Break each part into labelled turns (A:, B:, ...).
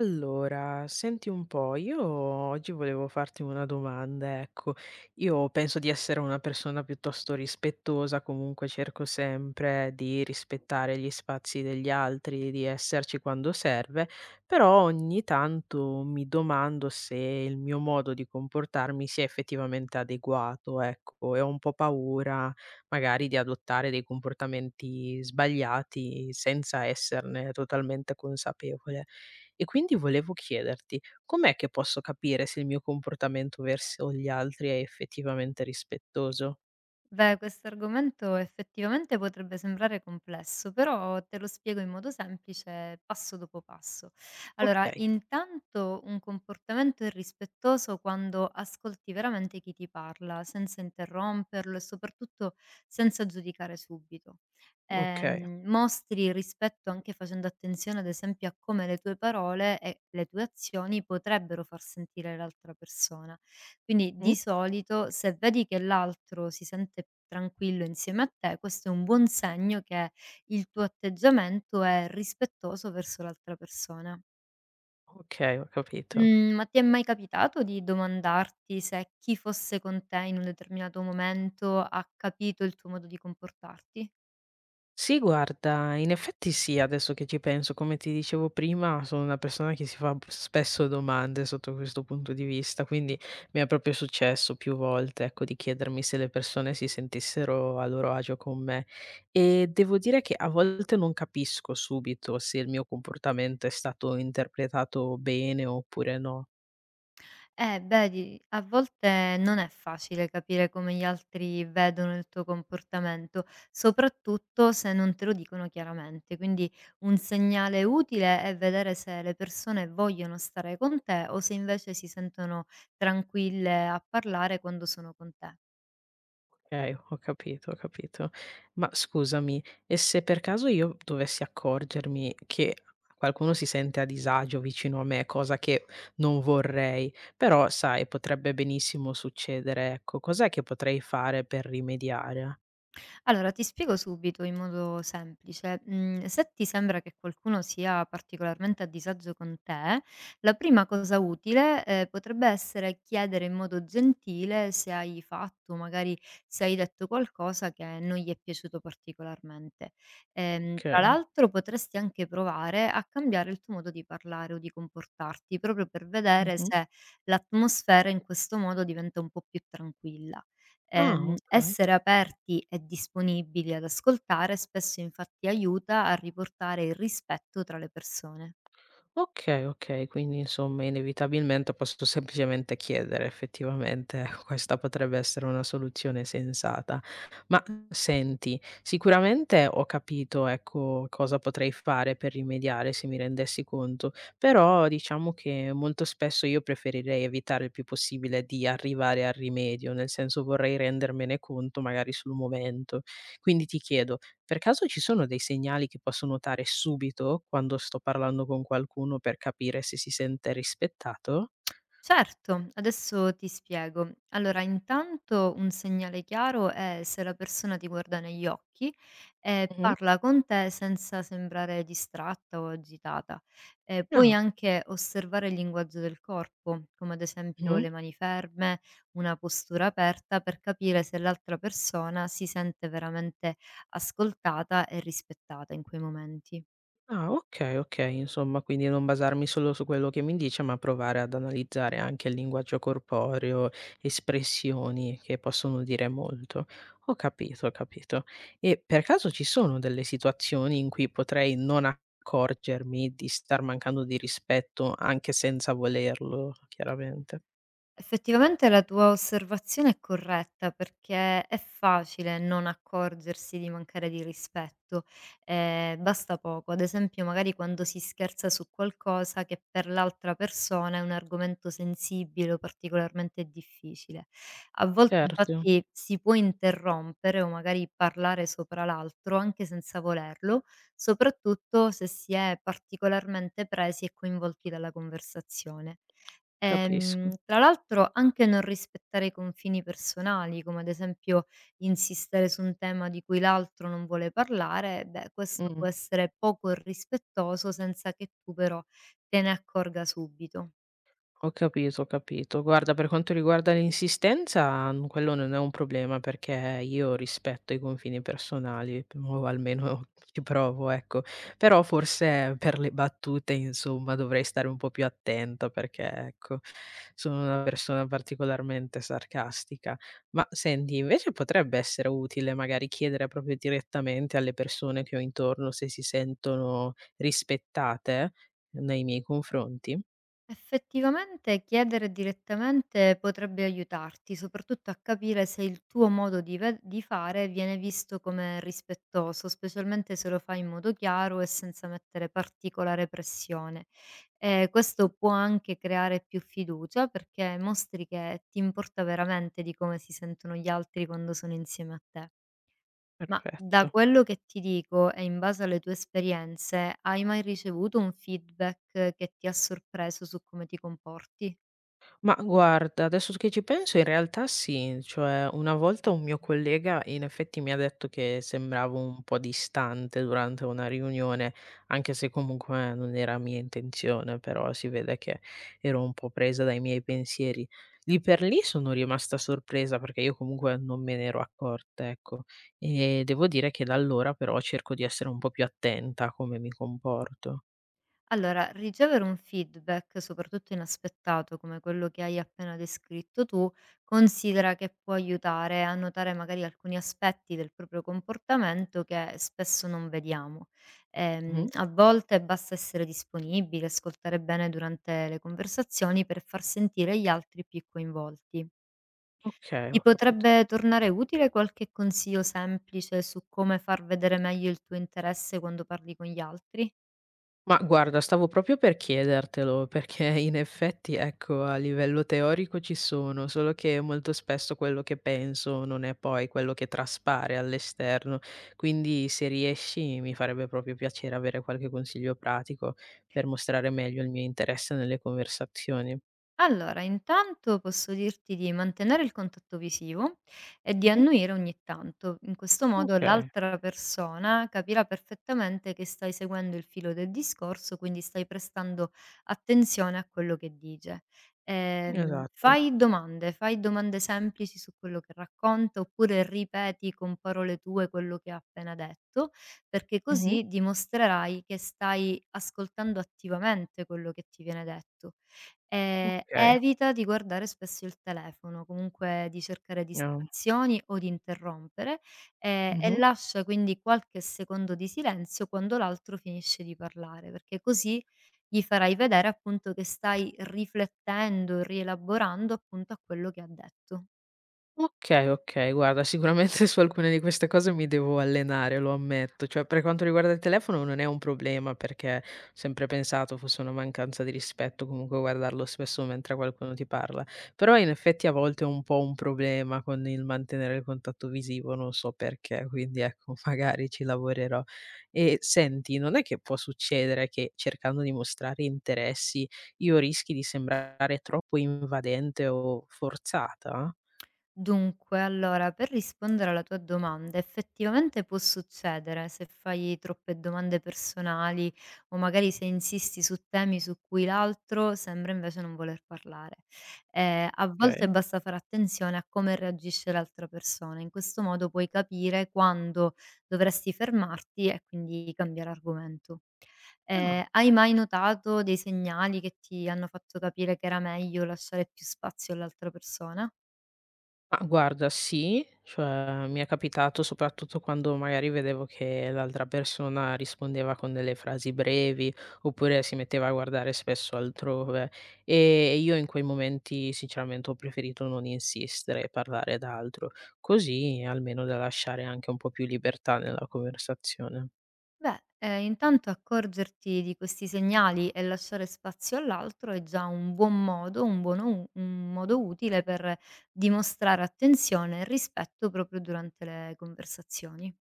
A: Allora, senti un po', io oggi volevo farti una domanda, ecco. Io penso di essere una persona piuttosto rispettosa, comunque cerco sempre di rispettare gli spazi degli altri, di esserci quando serve, però ogni tanto mi domando se il mio modo di comportarmi sia effettivamente adeguato, ecco, e ho un po' paura magari di adottare dei comportamenti sbagliati senza esserne totalmente consapevole. E quindi volevo chiederti, com'è che posso capire se il mio comportamento verso gli altri è effettivamente rispettoso?
B: Beh, questo argomento effettivamente potrebbe sembrare complesso, però te lo spiego in modo semplice, passo dopo passo. Allora,
A: Okay,
B: intanto un comportamento è rispettoso quando ascolti veramente chi ti parla, senza interromperlo e soprattutto senza giudicare subito.
A: okay.
B: Mostri rispetto anche facendo attenzione, ad esempio, a come le tue parole e le tue azioni potrebbero far sentire l'altra persona. Quindi
A: Mh?
B: di solito se vedi che l'altro si sente tranquillo insieme a te, questo è un buon segno che il tuo atteggiamento è rispettoso verso l'altra persona.
A: Okay, ho capito.
B: Mhmm, ma ti è mai capitato di domandarti se chi fosse con te in un determinato momento ha capito il tuo modo di comportarti?
A: Sì, guarda, in effetti sì, adesso che ci penso, come ti dicevo prima, sono una persona che si fa spesso domande sotto questo punto di vista, quindi mi è proprio successo più volte, ecco, di chiedermi se le persone si sentissero a loro agio con me. E devo dire che a volte non capisco subito se il mio comportamento è stato interpretato bene oppure no.
B: Vedi, a volte non è facile capire come gli altri vedono il tuo comportamento, soprattutto se non te lo dicono chiaramente. Quindi un segnale utile è vedere se le persone vogliono stare con te o se invece si sentono tranquille a parlare quando sono con te.
A: Okay, ho capito, ho capito. Ma scusami, e se per caso io dovessi accorgermi che qualcuno si sente a disagio vicino a me, cosa che non vorrei, però sai, potrebbe benissimo succedere, ecco, cos'è che potrei fare per rimediare?
B: Allora, ti spiego subito in modo semplice. Mhmm, se ti sembra che qualcuno sia particolarmente a disagio con te, la prima cosa utile, potrebbe essere chiedere in modo gentile se hai fatto, magari se hai detto qualcosa che non gli è piaciuto particolarmente. Tra
A: Okay.
B: l'altro potresti anche provare a cambiare il tuo modo di parlare o di comportarti, proprio per vedere
A: Mh-mh.
B: se l'atmosfera in questo modo diventa un po' più tranquilla.
A: Ah, okay.
B: Essere aperti e disponibili ad ascoltare spesso infatti aiuta a riportare il rispetto tra le persone.
A: Okay, okay, quindi insomma inevitabilmente posso semplicemente chiedere effettivamente, ecco questa potrebbe essere una soluzione sensata. Ma senti, sicuramente ho capito, ecco, cosa potrei fare per rimediare se mi rendessi conto, però diciamo che molto spesso io preferirei evitare il più possibile di arrivare al rimedio, nel senso vorrei rendermene conto magari sul momento. Quindi ti chiedo, per caso ci sono dei segnali che posso notare subito quando sto parlando con qualcuno per capire se si sente rispettato?
B: Certo, adesso ti spiego. Allora, intanto un segnale chiaro è se la persona ti guarda negli occhi e
A: Mhm.
B: parla con te senza sembrare distratta o agitata. Puoi
A: Ah,
B: anche osservare il linguaggio del corpo, come ad esempio
A: mh.
B: le mani ferme, una postura aperta, per capire se l'altra persona si sente veramente ascoltata e rispettata in quei momenti.
A: Ah, ok, ok, insomma, quindi non basarmi solo su quello che mi dice, ma provare ad analizzare anche il linguaggio corporeo, espressioni che possono dire molto. Ho capito, ho capito. E per caso ci sono delle situazioni in cui potrei non accorgermi di star mancando di rispetto anche senza volerlo, chiaramente?
B: Effettivamente la tua osservazione è corretta perché è facile non accorgersi di mancare di rispetto, basta poco. Ad esempio magari quando si scherza su qualcosa che per l'altra persona è un argomento sensibile o particolarmente difficile. A volte
A: Certo,
B: infatti si può interrompere o magari parlare sopra l'altro anche senza volerlo, soprattutto se si è particolarmente presi e coinvolti dalla conversazione.
A: capisco.
B: Tra l'altro anche non rispettare i confini personali, come ad esempio insistere su un tema di cui l'altro non vuole parlare, beh, questo può
A: Mh.
B: essere poco rispettoso senza che tu però te ne accorga subito.
A: Ho capito, ho capito. Guarda, per quanto riguarda l'insistenza, n quello non è un problema, perché io rispetto i confini personali, o almeno ci provo, ecco. Però forse per le battute, insomma, dovrei stare un po' più attenta, perché ecco, sono una persona particolarmente sarcastica. Ma senti, invece potrebbe essere utile magari chiedere proprio direttamente alle persone che ho intorno se si sentono rispettate nei miei confronti?
B: Effettivamente chiedere direttamente potrebbe aiutarti, soprattutto a capire se il tuo modo di fare viene visto come rispettoso, specialmente se lo fai in modo chiaro e senza mettere particolare pressione. Questo può anche creare più fiducia perché mostri che ti importa veramente di come si sentono gli altri quando sono insieme a te. Ma da
A: Perfetto.
B: quello che ti dico e in base alle tue esperienze, hai mai ricevuto un feedback che ti ha sorpreso su come ti comporti?
A: Ma guarda, adesso che ci penso in realtà sì, cioè una volta un mio collega in effetti mi ha detto che sembravo un po' distante durante una riunione, anche se comunque non era mia intenzione, però si vede che ero un po' presa dai miei pensieri. Lì per lì sono rimasta sorpresa perché io comunque non me ne ero accorta, ecco, e devo dire che da allora però cerco di essere un po' più attenta a come mi comporto.
B: Allora, ricevere un feedback, soprattutto inaspettato come quello che hai appena descritto tu, considera che può aiutare a notare magari alcuni aspetti del proprio comportamento che spesso non vediamo.
A: Mhm.
B: A volte basta essere disponibili, ascoltare bene durante le conversazioni per far sentire gli altri più coinvolti.
A: Ok,
B: Ti
A: ho capito.
B: potrebbe tornare utile qualche consiglio semplice su come far vedere meglio il tuo interesse quando parli con gli altri?
A: Ma guarda, stavo proprio per chiedertelo, perché in effetti, ecco, a livello teorico ci sono, solo che molto spesso quello che penso non è poi quello che traspare all'esterno. Quindi se riesci mi farebbe proprio piacere avere qualche consiglio pratico per mostrare meglio il mio interesse nelle conversazioni.
B: Allora, intanto posso dirti di mantenere il contatto visivo e di
A: Mh?
B: annuire ogni tanto. In questo modo
A: Okay,
B: l'altra persona capirà perfettamente che stai seguendo il filo del discorso, quindi stai prestando attenzione a quello che dice.
A: esatto.
B: Fai domande, fai domande semplici su quello che racconta oppure ripeti con parole tue quello che ha appena detto, perché
A: Mh-mh.
B: così dimostrerai che stai ascoltando attivamente quello che ti viene detto.
A: Okay.
B: Evita di guardare spesso il telefono, comunque di cercare
A: Ah.
B: distrazioni o di interrompere, e
A: Mh-mh.
B: lascia quindi qualche secondo di silenzio quando l'altro finisce di parlare, perché così gli farai vedere appunto che stai riflettendo, rielaborando appunto a quello che ha detto.
A: Okay, okay, guarda sicuramente su alcune di queste cose mi devo allenare, lo ammetto. Cioè, per quanto riguarda il telefono non è un problema, perché ho sempre pensato fosse una mancanza di rispetto comunque guardarlo spesso mentre qualcuno ti parla. Però in effetti a volte ho un po' un problema con il mantenere il contatto visivo, non so perché, quindi ecco magari ci lavorerò. E senti, non è che può succedere che cercando di mostrare interessi io rischi di sembrare troppo invadente o forzata?
B: Dunque, allora, per rispondere alla tua domanda, effettivamente può succedere se fai troppe domande personali o magari se insisti su temi su cui l'altro sembra invece non voler parlare. A
A: Okay.
B: volte basta fare attenzione a come reagisce l'altra persona, in questo modo puoi capire quando dovresti fermarti e quindi cambiare argomento.
A: No.
B: Hai mai notato dei segnali che ti hanno fatto capire che era meglio lasciare più spazio all'altra persona?
A: Ma guarda sì, cioè mi è capitato soprattutto quando magari vedevo che l'altra persona rispondeva con delle frasi brevi, oppure si metteva a guardare spesso altrove. E io in quei momenti sinceramente ho preferito non insistere e parlare d'altro, così almeno da lasciare anche un po' più libertà nella conversazione.
B: Beh, intanto accorgerti di questi segnali e lasciare spazio all'altro è già un buon modo, un buono u un modo utile per dimostrare attenzione e rispetto proprio durante le conversazioni.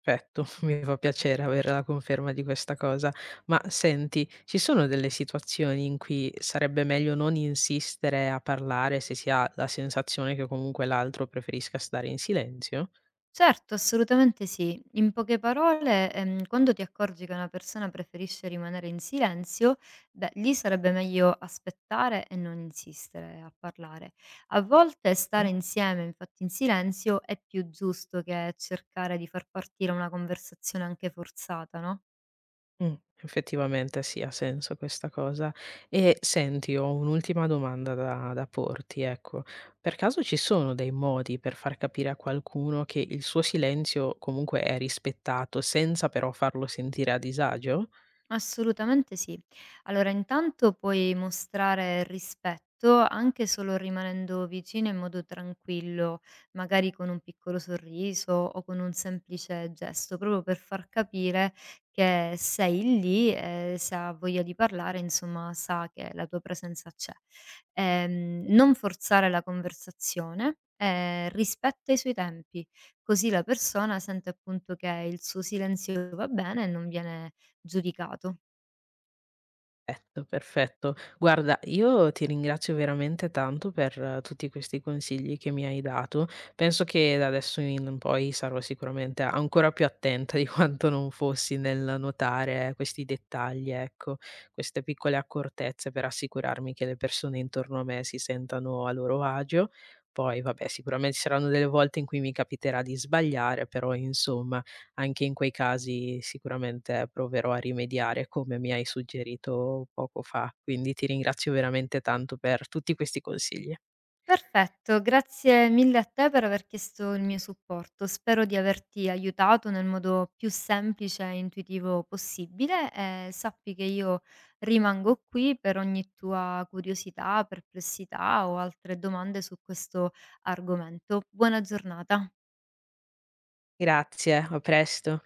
A: Perfetto, mi fa piacere avere la conferma di questa cosa. Ma senti, ci sono delle situazioni in cui sarebbe meglio non insistere a parlare se si ha la sensazione che comunque l'altro preferisca stare in silenzio?
B: Certo, assolutamente sì. In poche parole, quando ti accorgi che una persona preferisce rimanere in silenzio, beh, lì sarebbe meglio aspettare e non insistere a parlare. A volte
A: Mh.
B: stare insieme, infatti, in silenzio è più giusto che cercare di far partire una conversazione anche forzata, no?
A: Mh, effettivamente sì, ha senso questa cosa. E senti, ho un'ultima domanda da porti, ecco. Per caso ci sono dei modi per far capire a qualcuno che il suo silenzio comunque è rispettato, senza però farlo sentire a disagio?
B: Assolutamente sì. Allora, intanto puoi mostrare rispetto anche solo rimanendo vicino in modo tranquillo, magari con un piccolo sorriso o con un semplice gesto, proprio per far capire che sei lì e se ha voglia di parlare, insomma, sa che la tua presenza c'è. Non forzare la conversazione. Rispetta i suoi tempi, così la persona sente appunto che il suo silenzio va bene e non viene giudicato.
A: Perfetto, perfetto. Guarda, io ti ringrazio veramente tanto per tutti questi consigli che mi hai dato. Penso che da adesso in poi sarò sicuramente ancora più attenta di quanto non fossi nel notare questi dettagli, ecco, queste piccole accortezze per assicurarmi che le persone intorno a me si sentano a loro agio. Poi, vabbè, sicuramente ci saranno delle volte in cui mi capiterà di sbagliare, però insomma anche in quei casi sicuramente proverò a rimediare come mi hai suggerito poco fa, quindi ti ringrazio veramente tanto per tutti questi consigli.
B: Perfetto, grazie mille a te per aver chiesto il mio supporto. Spero di averti aiutato nel modo più semplice e intuitivo possibile e sappi che io rimango qui per ogni tua curiosità, perplessità o altre domande su questo argomento. Buona giornata.
A: Grazie, a presto.